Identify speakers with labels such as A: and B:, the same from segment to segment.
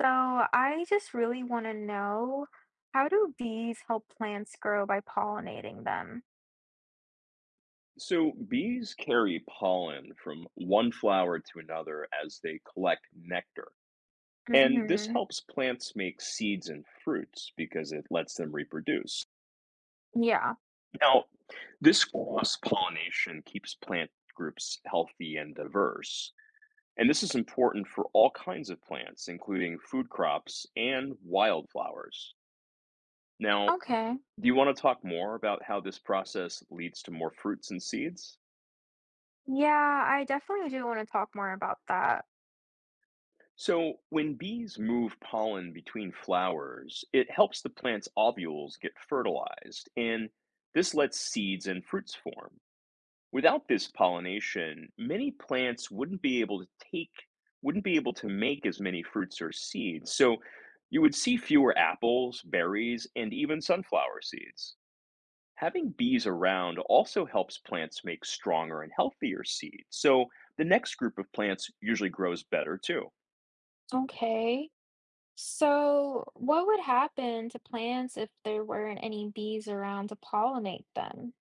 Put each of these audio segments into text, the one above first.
A: So I just really want to know how do bees help plants grow by pollinating them?
B: So bees carry pollen from one flower to another as they collect nectar. And this
A: Hmm.
B: helps plants make seeds and fruits because it lets them reproduce.
A: Yeah.
B: Now, this cross pollination keeps plant groups healthy and diverse. And this is important for all kinds of plants, including food crops and wildflowers. Now,
A: Okay.
B: do you want to talk more about how this process leads to more fruits and seeds?
A: Yeah, I definitely do want to talk more about that.
B: So, when bees move pollen between flowers, it helps the plant's ovules get fertilized, and this lets seeds and fruits form. Without this pollination, many plants wouldn't be able to take, wouldn't be able to make as many fruits or seeds. So, you would see fewer apples, berries, and even sunflower seeds. Having bees around also helps plants make stronger and healthier seeds. So, the next group of plants usually grows better too.
A: Okay. So what would happen to plants if there weren't any bees around to pollinate them?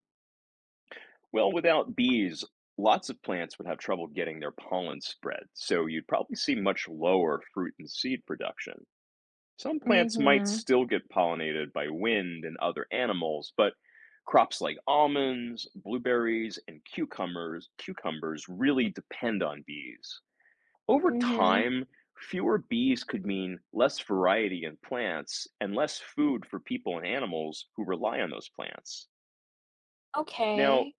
B: Well, without bees, lots of plants would have trouble getting their pollen spread, so you'd probably see much lower fruit and seed production. Some plants might
A: Mm-hmm.
B: still get pollinated by wind and other animals, but crops like almonds, blueberries, and cucumbers really depend on bees. Over
A: Mm-hmm.
B: time, fewer bees could mean less variety in plants and less food for people and animals who rely on those plants. Now,
A: Okay.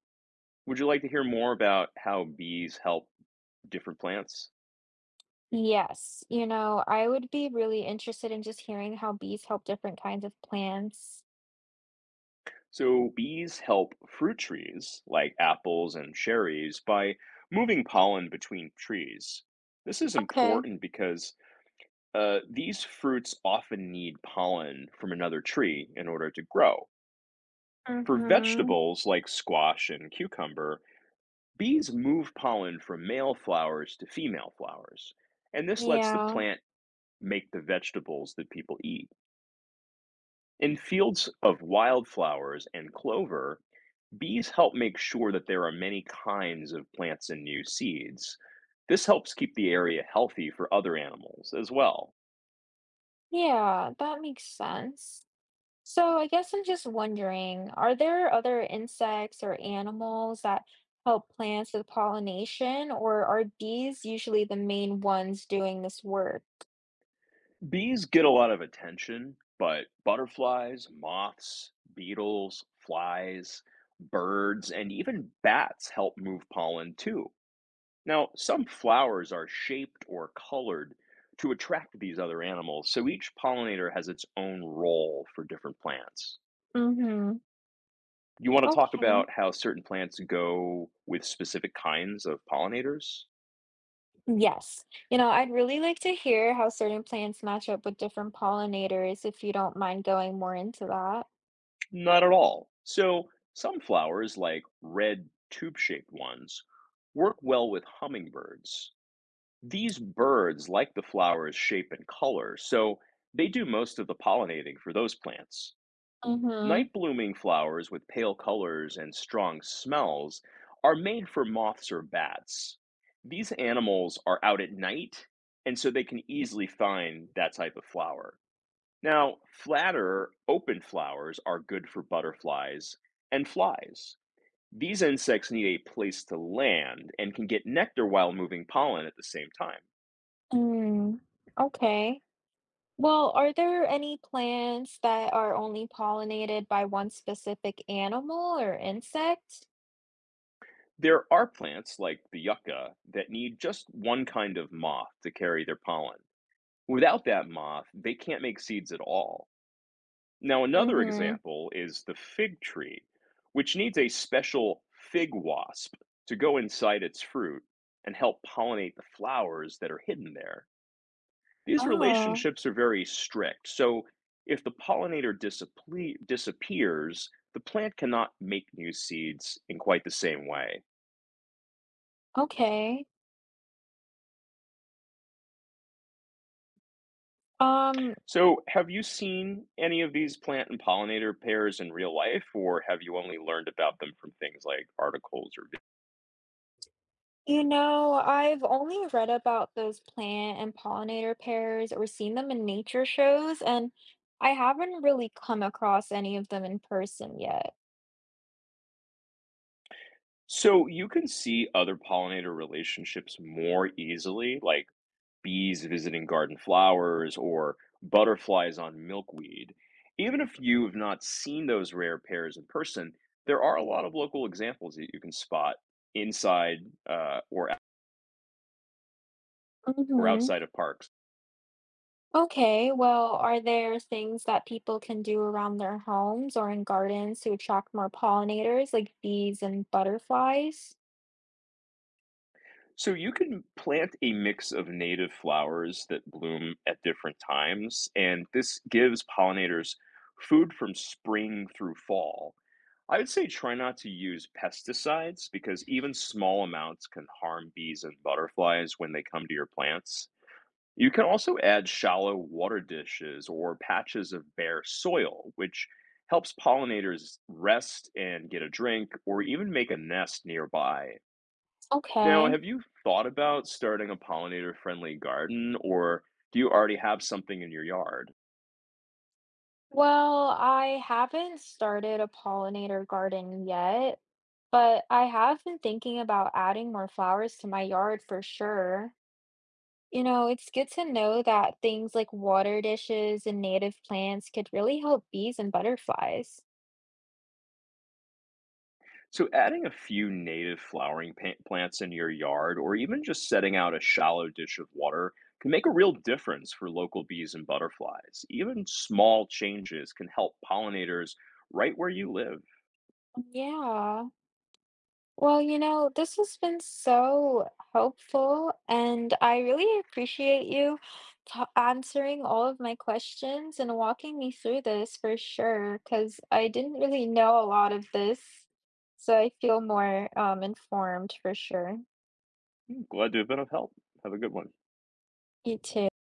B: would you like to hear more about how bees help different plants?
A: Yes, I would be really interested in just hearing how bees help different kinds of plants.
B: So, bees help fruit trees like apples and cherries by moving pollen between trees. This is
A: Okay.
B: important because these fruits often need pollen from another tree in order to grow. For
A: Mm-hmm.
B: vegetables like squash and cucumber, bees move pollen from male flowers to female flowers, and this lets the
A: Yeah,
B: plant make the vegetables that people eat. In fields of wildflowers and clover, bees help make sure that there are many kinds of plants and new seeds. This helps keep the area healthy for other animals as well.
A: yeah, that makes sense. So I guess I'm just wondering, are there other insects or animals that help plants with pollination, or are bees usually the main ones doing this work?
B: Bees get a lot of attention, but butterflies, moths, beetles, flies, birds, and even bats help move pollen too. Now, some flowers are shaped or colored to attract these other animals, so each pollinator has its own role for different plants.
A: Mm-hmm.
B: You want to talk
A: Okay.
B: about how certain plants go with specific kinds of pollinators?
A: Yes. I'd really like to hear how certain plants match up with different pollinators if you don't mind going more into that.
B: Not at all. So, some flowers, like red tube shaped ones, work well with hummingbirds. These birds like the flower's shape and color, so they do most of the pollinating for those plants.
A: Mm-hmm.
B: Night blooming flowers with pale colors and strong smells are made for moths or bats. These animals are out at night, and so they can easily find that type of flower. Now, flatter, open flowers are good for butterflies and flies. These insects need a place to land and can get nectar while moving pollen at the same time.
A: Mm. Okay. Well, are there any plants that are only pollinated by one specific animal or insect?
B: There are plants like the yucca that need just one kind of moth to carry their pollen. Without that moth, they can't make seeds at all. Now, another
A: Mm-hmm.
B: example is the fig tree, which needs a special fig wasp to go inside its fruit and help pollinate the flowers that are hidden there. These
A: Oh,
B: relationships are very strict, so if the disappears, the plant cannot make new seeds in quite the same way.
A: okay. Um,
B: So, have you seen any of these plant and pollinator pairs in real life, or have you only learned about them from things like articles or? Videos?
A: I've only read about those plant and pollinator pairs or seen them in nature shows, and I haven't really come across any of them in person yet.
B: So, you can see other pollinator relationships more easily, like bees visiting garden flowers or butterflies on milkweed. Even if you have not seen those rare pairs in person, there are a lot of local examples that you can spot inside uh, or or
A: Mm-hmm.
B: outside of parks.
A: Okay, well, are there things that people can do around their homes or in gardens to attract more pollinators, like bees and butterflies?
B: So you can plant a mix of native flowers that bloom at different times, and this gives pollinators food from spring through fall. I would say try not to use pesticides because even small amounts can harm bees and butterflies when they come to your plants. You can also add shallow water dishes or patches of bare soil, which helps pollinators rest and get a drink or even make a nest nearby. Now,
A: Okay.
B: have you thought about starting a pollinator-friendly garden, or do you already have something in your yard?
A: Well, I haven't started a pollinator garden yet, but I have been thinking about adding more flowers to my yard for sure. It's good to know that things like water dishes and native plants could really help bees and butterflies.
B: So, adding a few plants in your yard, or even just setting out a shallow dish of water, can make a real difference for local bees and butterflies. Even small changes can help pollinators right where you live.
A: Yeah. Well, this has been so helpful, and I really appreciate you ta answering all of my questions and walking me through this for sure, because I didn't really know a lot of this. So I feel more informed for sure.
B: Glad to have been of help. Have a good one.
A: You too.